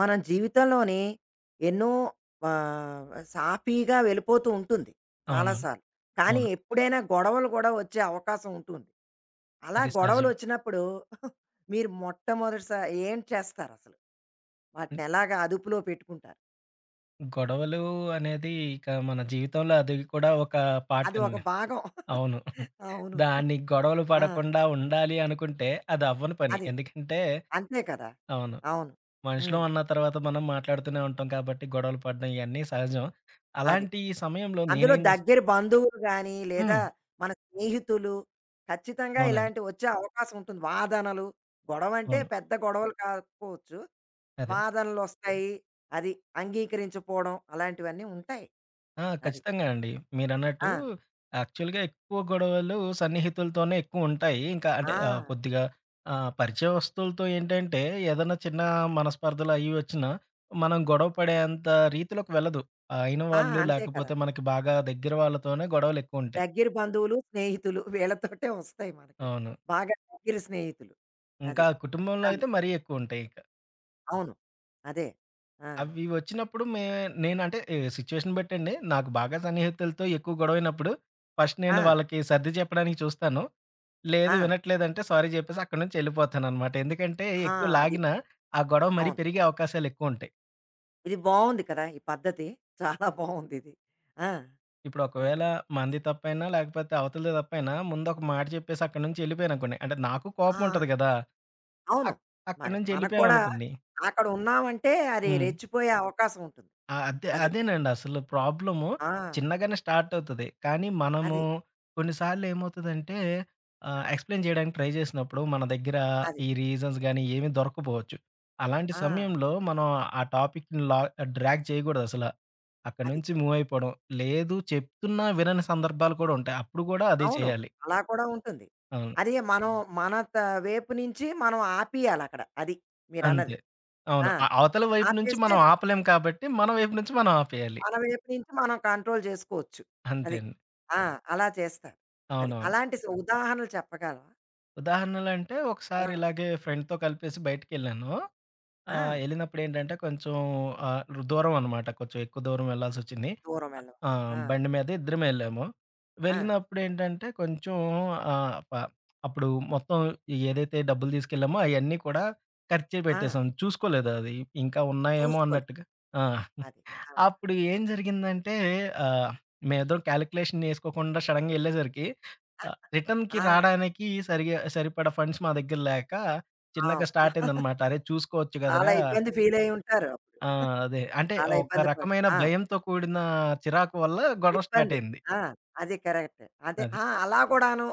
మన జీవితంలోని ఎన్నో సాఫీగా వెళ్ళిపోతూ ఉంటుంది అవునవును. చాలాసార్లు. కానీ అవును. ఎప్పుడైనా గొడవలు గూడా వచ్చే అవకాశం ఉంటుంది. అలా అది సహజమే. గొడవలొచ్చినప్పుడు మీరు ఏం చేస్తారసలు? హ్మ్. వాటినెలాగా అదుపులో పెట్టుకుంటారు? గొడవలు అనేది ఇక మన జీవితంలో అది కూడా ఒక పార్ట్ అది ఒక అండి. భాగం. అవును. అవును. దాన్ని గొడవలు ఆ! పడకుండా ఉండాలి అనుకుంటే అది అవ్వని పని. అది. ఎందుకంటే అంతే కదా! అవును, అవును. మనుషులం హ్మ్. అన్న తర్వాత మనం మాట్లాడుతూనే ఉంటాం కాబట్టి గొడవలు పడడం ఇయన్నీ సహజం. అది. అలాంటి సమయంలో అందులో నేనేం చేస్ దగ్గర బంధువులు గానీ, లేదా హ్మ్. మన స్నేహితులు ఖచ్చితంగా అవునండి. ఇలాంటివి వచ్చే అవకాశం ఉంటుంది. వాదనలు, గొడవంటే అవును. పెద్ద గొడవలు కాకపోవచ్చు. అదే. వాదనలొస్తాయి. అది అంగీకరించకపోవడం అలాంటివన్నీ ఉంటాయి. ఆ! అది. ఖచ్చితంగా అండి. మీరన్నట్టు ఆ! అవును. యాక్చువల్‌గా ఎక్కువ గొడవలు సన్నిహితులతోనే ఎక్కువుంటాయి. ఇంకా అంటే కొద్దిగా పరిచయస్తులతో ఏంటంటే ఏదన్నా చిన్న మనస్పర్ధలు అయ్యి వచ్చినా మనం గొడవ పడేంత రీతిలోకి వెళ్ళదు. అయిన ఆ! ఆ! వాళ్ళు అంతే కదా! లేకపోతే మనకి బాగా దగ్గర వాళ్ళతోనే గొడవలెక్కువుంటాయి. దగ్గర బంధువులు, స్నేహితులు వీళ్ళతోటే వస్తాయి మనకి. అవును. బాగా దగ్గర స్నేహితులు. అది. ఇంకా కుటుంబంలో ఆ! అయితే మరీ ఎక్కువుంటాయి ఇక. అవును. అదే. ఆ! అవి వచ్చినప్పుడు నేనంటే ఈ సిట్యుయేషన్ బట్టండి, నాకు బాగా సన్నిహితులతో ఎక్కువ గొడవైనప్పుడు ఫస్ట్ నేను ఆ! వాళ్ళకి సర్ది చెప్పడానికి చూస్తాను. లేదు, ఆ! వినట్లేదంటే సారీ చెప్పేసి అక్కడి నుంచి వెళ్ళిపోతాననమాట. ఎందుకంటే ఆ! ఎక్కువ అది. లాగినా ఆ గొడవ మరీ అవును. పెరిగే అవకాశాలెక్కువుంటాయి. ఇది బావుంది కదా! ఈ పద్ధతి. చాలా బావుందిది. ఆ! ఇప్పుడు అది. ఒకవేళ మనది తప్పైనా, లేకపోతే అవతలది తప్పైనా ముందొక మాట చెప్పేసి అక్కడి నుంచి వెళ్ళిపోయాననుకోండి. అంటే నాకు ఆ! కోపం ఉంటది గదా! అవును. అక్ అక్కడి మరి నుంచి మనకు కూడా వెళ్ళిపోయామనుకోండి. అక్కడ ఉన్నామంటే అది హ్మ్. రెచ్చిపోయే అవకాశం ఉంటుంది. ఆ! అదే అది. అదేనండి అసలు ప్రాబ్లము. ఆ! చిన్నగానే స్టార్ట్ అవుతది. కానీ మనము అది. కొన్నిసార్లు ఏమవుతదంటే ఆ! ఎక్స్‌ప్లెయిన్ చేయడానికి ట్రై చేసినప్పుడు మన దగ్గర అది. ఈ రీజన్స్ గాని ఏమి దొరకకపోవచ్చు. అలాంటి ఆ! సమయంలో మనం ఆ టాపిక్‌ని డ్రాగ్ చేయకూడదసల. అక్కడి అది. నుంచి మూవ్ అయిపోవడం. లేదు, చెప్తున్నా వినని సందర్భాలు కూడా ఉంటాయి. అప్పుడు కూడా అదే అవును. చేయాలి. అలా కూడా ఉంటుంది. అవును. అది మనం మన త వేపు నుంచి మనం ఆపియాలక్కడ. అది అంతే. మీరన్నది. అవును. ఆ! అవతల వైపు నుంచి ఆపేసి మనం అది ఆపలేం కాబట్టి, మన వైపు నుంచి మనం ఆపేయాలి. మన వైపు నుంచి మనం కంట్రోల్ చేసుకోవచ్చు. అంతే అది. అండి. ఆ! అలా చేస్తారు. అది. అవునవును. అలాంటి ఉదాహరణలు చెప్పగలవా? ఉదాహరణలంటే ఆ! ఒకసారి ఇలాగే ఫ్రెండ్‌తో కలిపేసి బయటికెళ్ళాను. ఆ! ఎళ్ళినప్పుడేంటంటే కొంచెం ఆహ్, దూరం అనమాట. కొంచెం ఎక్కువ దూరం వెళ్ళాల్సొచ్చింది. దూరం ఆ! వెళ్ళవలసి ఆ! బండి మీద ఇద్దరమే ఎళ్ళాము. ఆ! వెళ్ళినప్పుడేంటంటే కొంచెం ఆహ్, ప అప్పుడు మొత్తం ఏదైతే డబ్బులు తీసుకెళ్ళామో అయన్నీ కూడా ఖర్చే ఆ! పెట్టేసాం. చూసుకోలేదు అది. ఇంకా ఉన్నాయేమో చూసుకోలే. అన్నట్టుగా. ఆ! అది. ఆ! అప్పుడు ఏం జరిగిందంటే, ఆహ్, మేమిద్దరం కాలిక్యులేషన్ ఏసుకోకుండా సడెన్‌గా ఎళ్ళేసరికి రిటర్న్‌కి ఆ! రాడానికి సరిగా సరిపడా ఫండ్స్ మా దగ్గర లేక ఆ! చిన్నగా అబ్బా! స్టార్ట్ అయిందనమాట. అరే! చూసుకోవచ్చు చాలా గదరా! ఇబ్బంది ఫీల్ అయ్యి ఉంటారు. అప్పుడు. ఆ! అదే. అంటే చాలా ఒక ఇబ్బంది పడి రకమైన ఆ! భయంతో కూడిన చిరాకు వల్ల గొడవ స్టార్ట్ ఇబ్బంది. అయింది. ఆ! అది కరెక్ట్. అదే అది. ఆ! అలా కూడాను.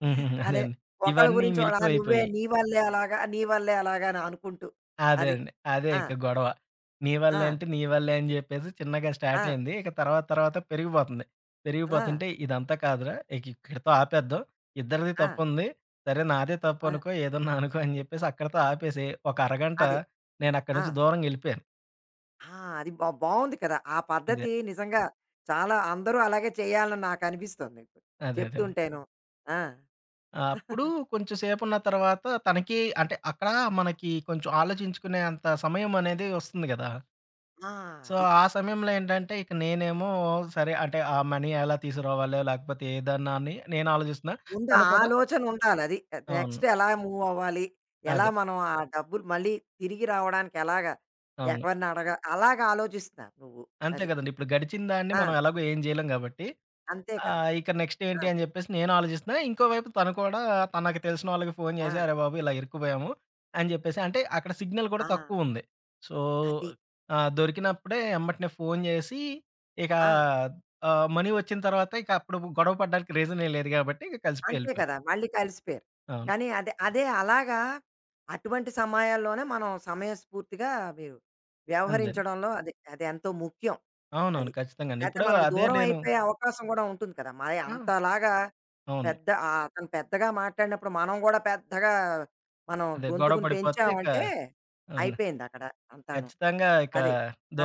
హుహు. అదే అదే అండి. ఒకళ్ళ ఇవన్నీ గురించి ఒకళ్ళు "ఆ! నువ్వే మిళితమైపోయి నీ వల్లే అలాగా, నీ వల్లే అలాగా" అని అనుకుంటూ. అదే అది. అండి. అదే ఆ! ఇక గొడవ. నీ ఆ! వల్లే అంటే, నీ వల్లే అని జెప్పేసి చిన్నగా ఆ! స్టార్ట్ అయింది. ఇక తర్వాత తర్వాత పెరిగిపోతుంది. ఆ! పెరిగిపోతుంటే ఇదంతా కాదురా! ఇక ఇక్కడితో ఆపేద్దాం. ఇద్దరిది ఆ! తప్పుంది. సరే నాదే ఆ! తప్పనుకో, ఏదన్నా అనుకో అని జెప్పేసి అక్కడితో ఆపేసి, ఒక అరగంట అది. నేనక్కడి ఆ! నుంచి దూరంగెళ్ళిపోయాను. ఆ! అది బావుంది కదా! ఆ అదే. పద్ధతి నిజంగా చాలా అందరూ అలాగే చేయాలని నాకనిపిస్తోంది ఇప్పుడు. అదే. అదేండి. చెప్తుంటేను. ఆ! అప్పుడు కొంచెం సేపున్న తర్వాత తనకి, అంటే అక్కడ మనకి కొంచెం ఆలోచించుకునే అంత సమయం అనేది వస్తుంది గదా! ఆ! సో, అది. ఆ సమయంలో ఏంటంటే, ఇక నేనేమో సరే అంటే, ఆ మనీ ఎలా తీసుకురావాలో, లేకపోతే ఏదన్నా అని నేను ఆలోచిస్తున్నా. ముందు తను కూడా ఆలోచన ఉండాలది. అవును. నెక్స్ట్ ఎలా మూవ్ అవ్వాలి? ఎలా అదే. మనం ఆ డబ్బులు మళ్ళీ తిరిగి రావడానికి ఎలాగా? అవును. ఎవరిని అడగ అలాగా ఆలోచిస్తున్నావు నువ్వు. అంతే అది. కదండీ! ఇప్పుడు గడిచిన దాన్ని ఆ! మనం ఎలాగో ఏం చేయలేం కాబట్టి, అంతే కదా! ఇక నెక్స్ట్ ఆ! ఏంటి అని చెప్పేసి నేను ఆలోచిస్తున్నా. ఇంకోవైపు తను కూడా తనకు తెలిసిన వాళ్ళకి ఫోను ఆ! చేసి, "అరే బాబు! ఇలా ఇరుక్కుపోయాము" అని చెప్పేసి, అంటే అక్కడ సిగ్నల్ కూడా ఆ! తక్కువుంది. సో, అది. దొరికినప్పుడే ఎమ్మటనే ఫోను చేసి, ఇక ఆ! మనీ వచ్చిన తర్వాత ఇక అప్పుడు గొడవ పడడానికి రీజనే లేదు కాబట్టి, ఇక కలిసిపోయి అంతే ఎళ్ళిపోయాం. కదా! మళ్ళీ కలిసిపోయారు. అవును. కానీ అదే అదే అలాగా అటువంటి సమయాల్లోనే మనం సమయస్ఫూర్తిగా మీరు అంతే అండి. వ్యవహరించడంలో అది అదెంతో ముఖ్యం అవునవును. అది. ఖచ్చితంగా అండి. లేతే ఇప్పుడు మనకు అదే దూరం నేను అయిపోయే అవకాశం గూడా ఉంటుంది కదా! మరి ఆ! అంతలాగా అవును. పెద్ద అతను పెద్దగా మాట్లాడినప్పుడు మనం గూడా పెద్దగా మనం అదే గొడవ గొంతుకుని పడిపోతే ఇక పెంచామంటే అవును, అయిపోయిందక్కడ అంతాను. ఖచ్చితంగా ఇక అది.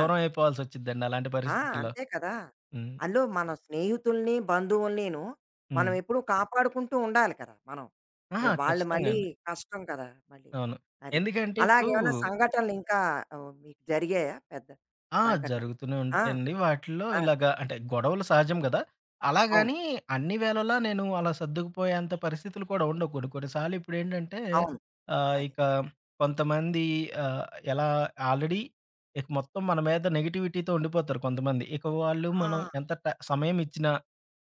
ఆ! అయిపోవాల్సొచ్చిద్దండి అలాంటి ఆ! పరిస్థితుల్లో. అంతే కదా! హ్మ్. అందులో మన స్నేహితుల్ని, బంధువుల్నిను హ్మ్. మనం ఎప్పుడూ కాపాడుకుంటూ ఉండాలి కదా! మనం. అహా! అలా వాళ్ళు ఖచ్చితంగా మళ్ళీ అండి. కష్టం కదా! మళ్ళీ. అవును. అది. ఎందుకంటే ఇప్పుడు అలాగేమైనా సంఘటనలు ఇంకా మీకు జరిగాయా పెద్ద ఆ! సంఘటనలు? జరుగుతూనే ఆ! ఉంటాయండి. వాటిల్లో ఆ! ఇలాగా అంటే గొడవలు సహజం గదా! అవును. అలాగని అన్ని వేళలా నేను అలా సర్దుకుపోయేంత పరిస్థితులు కూడా ఉండవు. కొన్ని కొన్ని సార్లు ఇప్పుడేంటంటే అవును. అదే. ఇక కొంతమంది ఆహ్, ఎలా ఆల్రెడీ ఇక మొత్తం మన మీద నెగటివిటీతో ఉండిపోతారు కొంతమంది. ఇక వాళ్ళు మనం ఆ! ఎంత సమయం ఇచ్చినా,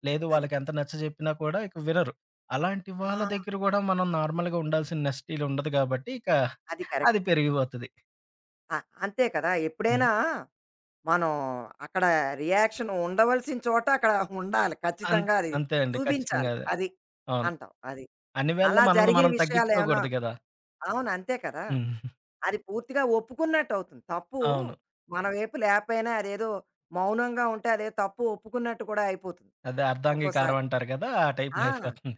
లేదు అది. వాళ్ళకి ఎంత నచ్చజెప్పినా కూడా ఇక వినరు. అలాంటి వాళ్ళ ఆ! దగ్గర గూడా మనం నార్మల్‌గా ఉండాల్సిన నెస్టీలుండదు గాబట్టి, ఇక అది అది కరెక్ట్. పెరిగిపోతది. ఆ! అంతే కదా! హ్మ్. ఎప్పుడైనా మనం అక్కడ రియాక్షన్ ఉండవలసిన చోట అక్కడ ఉండాలి. అన్ ఖచ్చితంగా అది అంతే అండి. ఖచ్చితంగా చూపించాలి. అదే. అది. అవును. అంటావు. అది. అన్ని వేళలా అలా మనల్ని జరిగిన మనం విషయాలేమైనా తగ్గించుకోకూడదు గదా! అవును. అంతే కదా! హ్మ్. అది పూర్తిగా ఒప్పుకున్నట్టవుతుంది. తప్పు అవును. మన వైపు లేపోయినా అదేదో మౌనంగా ఉంటే అదేదో తప్పు ఒప్పుకున్నట్టు కూడా అయిపోతుంది అదే అర్ధాంగీకారం ఒక్కోసారి. అంటారు కదా! ఆ టైప్‌లో ఆ! అయిపోతుంది.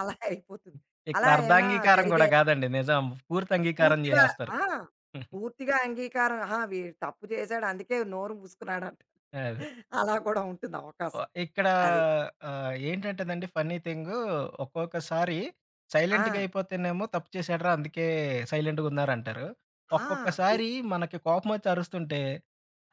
అలా అయిపోతుంది. ఇక్కడ అలా ఏమైనా అర్ధాంగీకారం గూడా జరిగాయా? కాదండి. నిజం. పూర్తి అంగీకారం పూర్తిగా జేసేస్తారు. ఆ! పూర్తిగా అంగీకారం ఆహా! వీడు తప్పు చేశాడు అందుకే నోరు మూసుకున్నాడంట. అదే. అలా కూడా ఉంటుంది అవకాశం. ఇక్కడ అది. ఏంటంటేనండి ఫన్నీ థింగు, ఒక్కొక్కసారి ఆ! సైలెంట్‌గా అయిపోతేనేమో తప్పు చేశాడురా! అందుకే సైలెంట్‌గున్నారంటారు. ఆ! అది. ఒక్కొక్కసారి మనకి కోపమొచ్చి అరుస్తుంటే,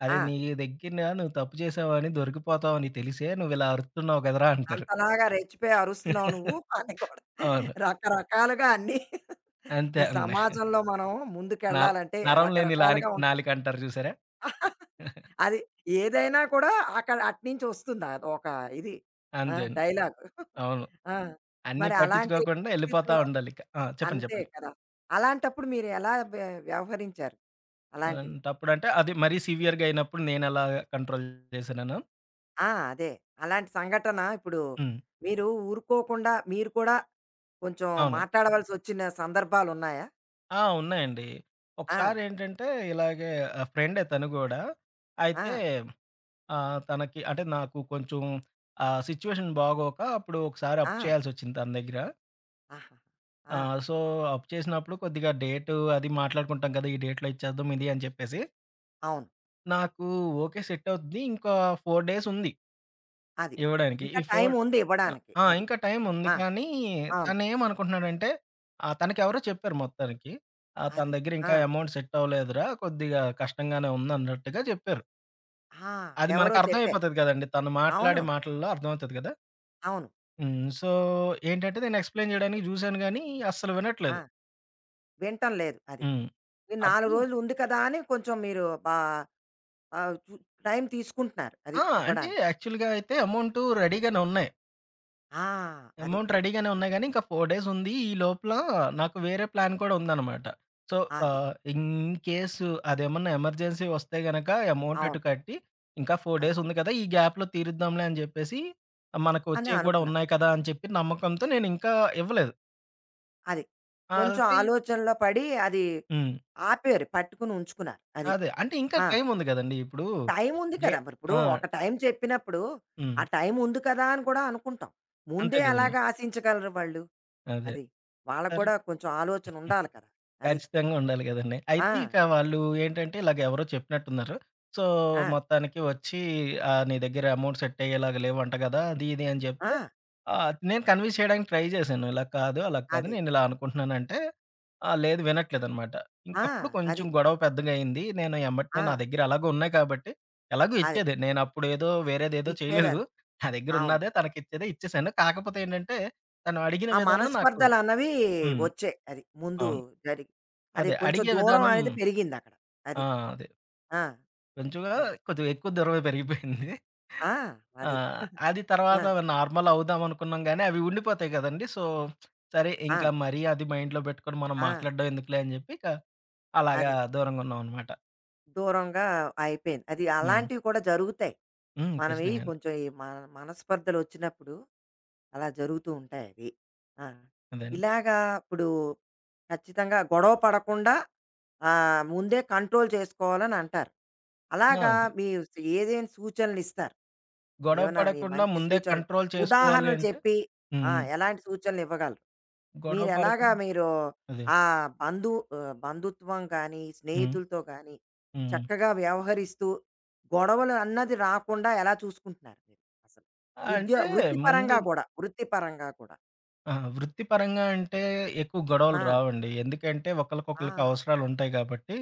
అరే! ఆ! నీ దగ్గర నువ్వు తప్పు చేశావని దొరికిపోతావని తెలిసే నువ్వు ఇలా అరుస్తున్నావు కదరా! అంటారు. అంతలాగా రెచ్చిపోయి అరుస్తున్నావు నువ్వు అని కూడా అవును. రకరకాలుగా అన్నీ అంతే ఈ అండి. సమాజంలో మనం నర ముందుకెళ్ళాలంటే నరం లేని లానిక రకరకాలుగా ఉంటాయి. నాలికంటారు చూసారా? అది ఏదైనా కూడా అక్కడ అటునుంచి వస్తుంది అది ఒక ఇది. ఆ! అంతే అండి. డైలాగ్. అవును. ఆ! అన్నీ మరి అలాంటి పట్టించుకోకుండా ఎళ్ళిపోతా పరిస్థితిలో ఉండాలిక. ఆ! చెప్పండి. అంతే చెప్పండి. కదా! అలాంటప్పుడు మీరు ఎలా వ్య వ్యవహరించారు అలాంటివి? అలాంటప్పుడంటే అది మరీ సివియర్‌గా అయినప్పుడు నేనెలా కంట్రోల్ చేశాననా? ఆ! అదే. అలాంటి సంఘటన ఇప్పుడు హ్మ్. మీరు ఊరుకోకుండా మీరు కూడా కొంచెం అవును. మాట్లాడవలసొచ్చిన సందర్భాలున్నాయా? ఆ! ఉన్నాయండి. ఆ! ఒకసారేంటంటే ఇలాగే ఫ్రెండే తను గూడా. అయితే ఆ! తనకి, అంటే నాకు కొంచెం సిట్యుయేషన్ బాగోక అప్పుడు ఒకసారి అప్పు ఆ! చేయాల్సొచ్చింది తన దగ్గర. ఆహాహా! ఆ! ఆ! సో, అప్పు చేసినప్పుడు కొద్దిగా డేటు అది మాట్లాడుకుంటాం కదా! ఈ డేట్‌లో ఇచ్చేద్దాం ఇది అని చెప్పేసి అవును. నాకు ఓకే. సెట్ అవుద్ది. ఇంకా 4 డేస్ ఉంది అది. ఇవ్వడానికి. ఇంకా ఈ 4 టైముంది ఇవ్వడానికి. ఆ! అది. ఇంకా టైమ్ ఉంది. ఆ! కానీ అవును. తనేమనుకుంటున్నాడంటే తనకెవరో చెప్పారు మొత్తానికి. తన అది. దగ్గర ఆ! ఇంకా అమౌంట్ సెట్ అవ్వలేదురా! కొద్దిగా కష్టంగానే ఉందన్నట్టుగా చెప్పారు. ఆ! అది మనకు ఎవరో చెప్పారు. అర్థమైపోతది కదండీ. తను అవును. మాట్లాడే మాటల్లో అర్థమవుతది కదా! అవును. హ్మ్. సో, ఏంటంటే నేను ఎక్స్‌ప్లెయిన్ చేయడానికి చూసాను గానీ అస్సలు ఆ! వినట్లేదు. వినటం లేదు అది. హ్మ్. ఈ 4 అప్పుడు రోజులు ఉంది కదా అని కొంచెం మీరు బా ఆహ్, చు టైం తీసుకుంటున్నారు అది ఆ! అంటే ఇవ్వడానికి. యాక్చువల్‌గా అయితే అమౌంట్ రెడీగానే ఉన్నాయి. ఆ! అది. అమౌంట్ రెడీగానే ఉన్నాయి గానీ, ఇంకా 4 డేస్ ఉంది. ఈ లోపల నాకు వేరే ప్లాన్ కూడా ఉందనమాట. సో, అది. ఇన్ కేసు అదేమన్నా ఎమర్జెన్సీ వస్తే గనక అమౌంట్ అటు అవును. కట్టి, ఇంకా 4 డేస్ అది. ఉంది కదా! ఈ గ్యాప్‌లో తీరుద్దాంలే అని జెప్పేసి, మనకు అని వచ్చేవి గూడా అనుకున్నారు. ఉన్నాయి కదా! అని చెప్పి నమ్మకంతో నేను ఇంకా ఇవ్వలేదు. అది. ఆ, కొంచెం అది ఆలోచనలో పడి అది హ్మ్. ఆపారు. పట్టుకుని ఉంచుకున్నారు. అది. అదే. అంటే ఇంకా ఆ! టైం ఉంది గదండీ! ఇప్పుడు టైం ఉంది డే కదా! మరిప్పుడు ఆ! ఒక టైం చెప్పినప్పుడు, హ్మ్. ఆ టైం ఉంది కదా అని కూడా అనుకుంటాం. అంతే ముందే గదండీ! ఎలాగా ఆశించగలరు వాళ్ళు? అదే. అది. వాళ్ళకి కూడా కొంచెం ఆలోచన ఉండాలి కదా! అది. ఖచ్చితంగా ఉండాలి గదండీ. ఆ! అయితే ఇక వాళ్ళు ఏంటంటే ఇలాగ ఎవరో చెప్పినట్టున్నారు. సో, ఆ! మొత్తానికి వచ్చి నీ దగ్గర అమౌంట్ సెట్ అయ్యేలాగా లేవంట గదా! అది ఇది అని ఆ! జెప్తే నేను కన్విన్స్ చేయడానికి ట్రై జేశాను. ఇలా కాదు, అలా కాదు, అదే. నేను ఇలా అనుకుంటున్నానంటే లేదు వినట్లేదనమాట. ఆ! ఇంకప్పుడు కొంచెం అది. గొడవ పెద్దగా అయింది. నేను ఎమ్మటనే ఆ! నా దగ్గర ఎలాగో ఉన్నాయి కాబట్టి ఎలాగో అదే. ఇచ్చేదే. నేనప్పుడు ఏదో వేరేదేదో చేయలేదు. ఇచ్చేదది. నా దగ్గర అవును. ఉన్నదే తనకిచ్చేదే ఇచ్చేసాను. కాకపోతే ఏంటంటే తను అడిగిన ఆ విధానం నాకు మనస్పర్ధలన్నవి హ్మ్. వచ్చాయి. అది. ముందు అవును. జరిగి. అది అదే కొంచెం అడిగే దూరం విధానం. అనేది పెరిగిందక్కడ. ఆ! అది. అదే. ఆ! కొంచెంగా అది. కొంచెం ఎక్కువ దూరమే పెరిగిపోయింది. ఆ! ఆ! అది. అది ఆ! తర్వాత నార్మల్ అవుదాం అనుకున్నాం గానీ, అవి ఉండిపోతాయి గదండీ! సో, సరే ఇంకా ఆ! మరీ అది మైండ్‌లో పెట్టుకొని మనం ఆ! మాట్లాడడం ఎందుకులే అని జెప్పి, ఇక అలాగా అది. దూరంగా ఉన్నాం అనమాట. దూరంగా అయిపోయింది. అది హ్మ్. అలాంటివి కూడా జరుగుతాయి. హ్మ్. మనవి ఖచ్చితంగా అండి. కొంచెం ఈ మన మనస్పర్ధలొచ్చినప్పుడు అలా జరుగుతూ ఉంటాయవి. ఆ! అదే అండి. ఇలాగా ఇప్పుడు ఖచ్చితంగా గొడవ పడకుండా ముందే కంట్రోల్ చేసుకోవాలనంటారు. ఆ! అలాగా అదే. మీ ఏదేం సూచనలిస్తారు? గొడవ ఏమన్నా మీ పడకుండా మంచి ముందే సూచనలు కంట్రోల్ చేసుకోవాలి ఉదాహరణలు అంటే చెప్పి హ్మ్. ఆ! హ్మ్. ఎలాంటి సూచనలివ్వగలరు? మీరెలాగా గొడవ మీరు ఎలాగా పడకుండా మీరు అదే. ఆ బంధుత్వం గానీ, హ్మ్. స్నేహితులతో గానీ హ్మ్. చక్కగా వ్యవహరిస్తూ గొడవలు అన్నది రాకుండా ఎలా చూసుకుంటున్నారు మీరు అసలు? అంటే ముందు వృత్తిపరంగా కూడా, వృత్తిపరంగా కూడా? ఆ! వృత్తిపరంగా అంటే ఎక్కువ గొడవలు ఆ! రావండి. ఎందుకంటే ఆ! ఒకళ్ళకొకళ్ళకి అవసరాలుంటాయి కాబట్టి.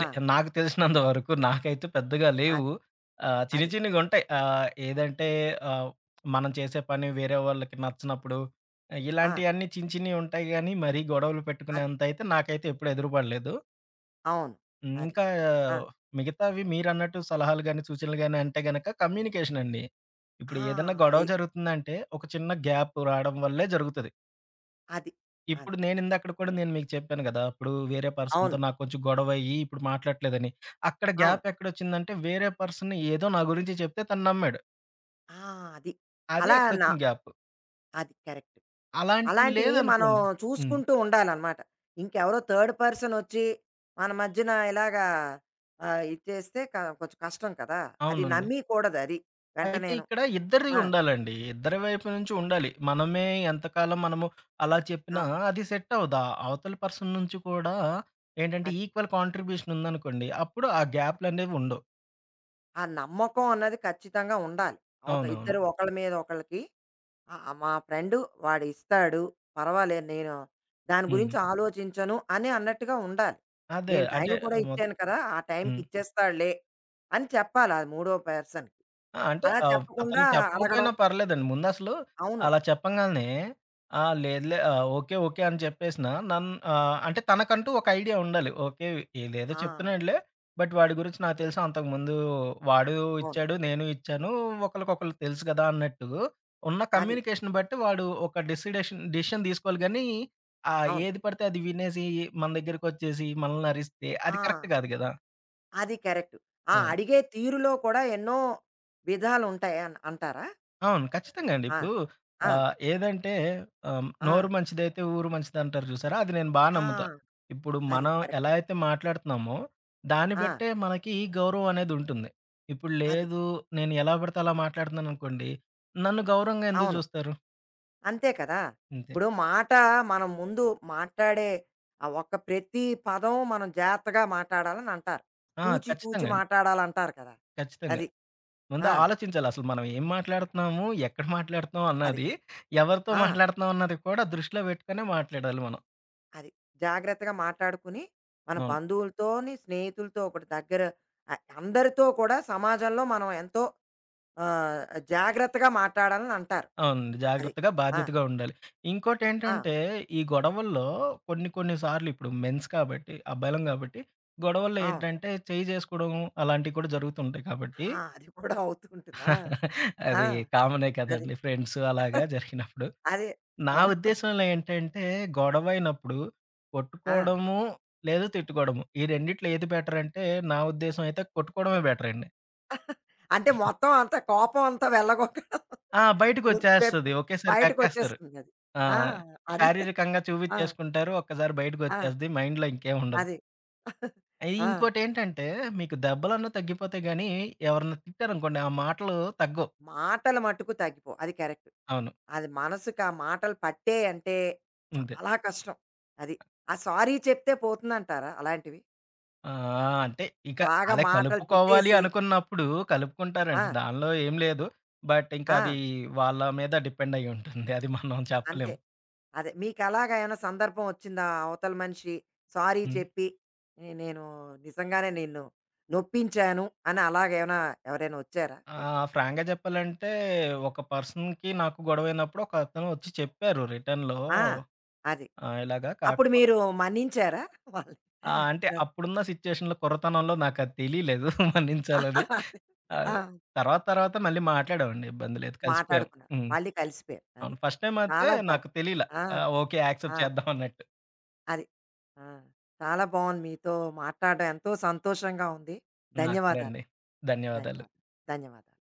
ఆ! నాకు తెలిసినంత వరకు నాకైతే పెద్దగా లేవు. అదే. చిన్ని అది. చిన్నిగుంటాయి. ఏదంటే ఆహ్, మనం చేసే పని వేరే వాళ్ళకి నచ్చనప్పుడు ఆ! ఇలాంటియన్నీ చిన్ని చిన్నియి ఉంటాయి గానీ, మరీ గొడవలు అది. పెట్టుకునేంతయితే నాకైతే ఎప్పుడు ఎదురుపడలేదు. అవును. హ్మ్. అది. ఆ, ఆ! మిగతావి మీరన్నట్టు సలహాలు గానీ, సూచనలు గానీ అంటే గనక కమ్యూనికేషన్ అండి. ఇప్పుడు ఆ! ఏదన్నా గొడవ అది. జరుగుతుందంటే ఒక చిన్న గ్యాప్ రావడం వల్లే జరుగుతది. అది. అని. ఇప్పుడు నేనిందాకడ కూడా మీకు చెప్పాను గదా! అప్పుడు వేరే పర్సన్‌తో అవును. నాకు కొంచెం గొడవయ్యి, ఇప్పుడు మాట్లాడట్లేదని. అక్కడ అవును. గ్యాప్ ఎక్కడొచ్చిందంటే, వేరే పర్సన్ ఏదో నా గురించి చెప్తే తను నమ్మాడు. ఆ! అది. అదే అలా నా అక్కడొచ్చిన గ్యాప్. అది కరెక్ట్. అలాంటివి అలాంటివి మనం లేదనుకోండి హ్మ్. చూసుకుంటూ ఉండాలనమాట. ఇంకెవరో థర్డ్ పర్సనొచ్చి మన మధ్యన ఇలాగా ఇది చేస్తే కొంచెం కష్టం కదా! అది అవునండి. నమ్మీకూడదది అయితే వెంటనేను. ఇక్కడ ఇద్దరివి ఆ! ఉండాలండి. ఇద్దరి వైపు నుంచి ఉండాలి. మనమే ఎంతకాలం మనము అలా ఆ! చెప్పినా అది సెట్ అవ్వదు. ఆ అవతల పర్సన్ నుంచి కూడా ఏంటంటే, అది. ఈక్వల్ కాంట్రిబ్యూషన్ ఉందనుకోండి, అప్పుడు ఆ గ్యాప్‌లనేవి ఉండవు. ఆ నమ్మకం అన్నది ఖచ్చితంగా ఉండాలి. అవునవును. ఇద్దరు ఒకళ్ళ మీద ఒకళ్ళకి ఆ! ఆ మా ఫ్రెండు వాడిస్తాడు. పర్వాలేదు నేను దాని హ్మ్. గురించి ఆలోచించను అని అన్నట్టుగా ఉండాలి. అదే. నేను టైం అంటే కూడా మొ ఇచ్చాను కదా! ఆ టైంకి హ్మ్. ఇచ్చేస్తాడులే అని చెప్పాలి ఆ మూడో పర్సన్‌కి. ఆ! అంటే అలా చెప్పకుండా అతనికి అడగడం. చెప్పకపోయినా పర్లేదండి. ముందసలు అవును. అలా చెప్పంగాల్నే, ఆ! లేదులే ఓకే. ఓకే. అని చెప్పేసిన అంటే తనకంటూ ఒక ఐడియా ఉండాలి. ఓకే. ఈడేదో ఆ! చెప్తున్నాడులే. బట్ వాడి గురించి నాకు తెలుసు, అంతకుముందు వాడు అవును. ఇచ్చాడు. నేను ఇచ్చాను. ఒకళ్ళకొకళ్ళు తెలుసు కదా! అన్నట్టు ఉన్న అది. కమ్యూనికేషన్ బట్టి వాడు ఒక డెసిషన్ తీసుకోవాలి గానీ, అవును. ఏది పడితే అది వినేసి మన దగ్గరకొచ్చేసి మనల్ని అరిస్తే అది ఆ! కరెక్ట్ కాదు కదా! అది కరెక్ట్. ఆ ఆ! అడిగే తీరులో కూడా ఎన్నో విధాలుంటాయి అంటారా? అవును. ఖచ్చితంగా అంటే అండి. ఆ! ఇప్పుడు ఆ! ఏదంటే ఆ! నోరు మంచిదైతే ఊరు మంచిదంటారు చూసారా? అది నేను బా ఆ! నమ్ముతా. ఇప్పుడు అది మనం ఎలా కరెక్ట్. అయితే మాట్లాడుతున్నామో, దాన్ని ఆ! బట్టే మనకి ఈ గౌరవం అనేదుంటుంది. ఇప్పుడు అది. లేదు, నేను ఎలా పడితే అలా మాట్లాడుతున్నాననుకోండి, నన్ను గౌరవంగా ఎందుకు అవును. చూస్తారు? అంతే కదా! అంతే. ఇప్పుడు మాట మనం ముందు మాట్లాడే ఆ ఒక్క ప్రతి పదం మనం జాగ్రత్తగా మాట్లాడాలని అంటారు. ఆ! తూచి తూచి ఖచ్చితంగా అండి. మాట్లాడాలంటారు కదా! ఖచ్చితంగా. అది. ముందు ఆ! ఆలోచించాలి అసలు మనం ఏం మాట్లాడుతున్నాము? ఎక్కడ మాట్లాడుతున్నాం అది. అన్నది, ఎవరితో ఆ! మాట్లాడుతున్నాం అన్నది కూడా దృష్టిలో పెట్టుకునే మాట్లాడాలి మనం. అది. జాగ్రత్తగా మాట్లాడుకుని మన అవును. బంధువులతోని, స్నేహితులతో ఒకటి దగ్గర అందరితో కూడా సమాజంలో మనం ఎంతో ఆహ్, జాగ్రత్తగా మాట్లాడాలని అంటారు. అవునండి. అది. జాగ్రత్తగా, ఆ! బాధ్యతగా ఉండాలి. ఆ! ఇంకోటేంటంటే, ఈ గొడవల్లో కొన్ని కొన్ని సార్లు ఇప్పుడు మెన్స్ కాబట్టి, అబ్బాయిలం కాబట్టి, గొడవల్లో అవును. ఏంటంటే చెయ్యి జేసుకోవడం అలాంటివి కూడా జరుగుతుంటాయి కాబట్టి, ఆ! అది కూడా అవుతూ ఉంటుంది. ఆ! ఆ! అది కామనే అది. కదండీ ఫ్రెండ్స్ అలాగా జరిగినప్పుడు. అదే. నా అవును. ఉద్దేశంలో ఏంటంటే, గొడవైనప్పుడు ఆ! కొట్టుకోవడము, లేదా తిట్టుకోవడము. ఈ రెండిట్లో ఏది బెటరంటే, నా ఉద్దేశం అయితే కొట్టుకోవడమే బెటరండి. అంటే మొత్తం అంత కోపం అంతా వెళ్ళగొక్క ఆ! ముందువైపు బయటకొచ్చేస్తది. ఒకేసారి కక్కేస్తారు. బయటకొచ్చేస్తుందది. ఆ! ఆ! అది. శారీరకంగా ఆ! చూపించేసుకుంటారు. ఒక్కసారి ఆ! బయటకొచ్చేస్తది. మైండ్‌లో ఇంకేముండదు. అది. ఆ! ఇంకోటేంటంటే మీకు దెబ్బలన్నా తగ్గిపోతాయి గానీ, ఎవరన్నా తిట్టారనుకోండి ఆ మాటలు తగ్గవు. మాటలు మట్టుకు తగ్గిపోవు. అది కరెక్ట్. అవును. అది మనసుకి ఆ మాటలు పట్టేయంటే అంతే. చాలా కష్టం. అది. ఆ సారీ చెప్తే పోతుందంటారా అలాంటివి? ఆ! అంటే ఇక బాగా అలా మాటలు కలుపుకోవాలి తిట్టేసి అనుకున్నప్పుడు ఆ! కలుపుకుంటారండి. దానిలో ఏం లేదు. బట్ ఇంకా ఆ! అది వాళ్ళ మీద డిపెండ్ అయ్యి ఉంటుంది. అది మనం చెప్పలేం. అంతే. అదే. మీకలాగా ఏమైనా సందర్భం వచ్చిందా? అవతల మనిషి సారీ హ్మ్. చెప్పి, " నేను నిజంగానే నిన్ను నొప్పించాను" అని అలాగేమైనా ఎవరైనా వచ్చారా మీకు? ఫ్రాంక్‌గా చెప్పాలంటే ఒక పర్సన్‌కి నాకు గొడవైనప్పుడు ఒకతను వచ్చి చెప్పారు రిటర్న్‌లో. ఆ! అది. ఇలాగా అప్పుడు కాకపోతే మీరు మన్నించారా వాళ్ళని? ఆ! అంటే అది. అప్పుడున్న సిట్యుయేషన్‌లో కుర్రతనంలో నాకది తెలీలేదు మన్నించాలని. అదే. ఆహ్, ఆ! తర్వాత తర్వాత మళ్ళీ మాట్లాడామండి. ఇబ్బంది లేదు. కలిసిపోయాం. మాటాడుకున్నారు. హ్మ్. మళ్ళీ కలిసిపోయారు. అది. అవును. ఫస్ట్ టైమ్ అయితే చాలా నాకు బావుంది. తెలీల. ఆ! ఓకే. ఆ! యాక్సెప్ట్ చేద్దాం అన్నట్టు. అది. ఆ! చాలా బావుంది. మీతో మాట్లాడడం ఎంతో సంతోషంగా ఉంది. నాకు కూడా అండి. ధన్యవాదాలండి. ధన్యవాదాలు. ధన్యవాదాలు. ధన్యవాదాలు.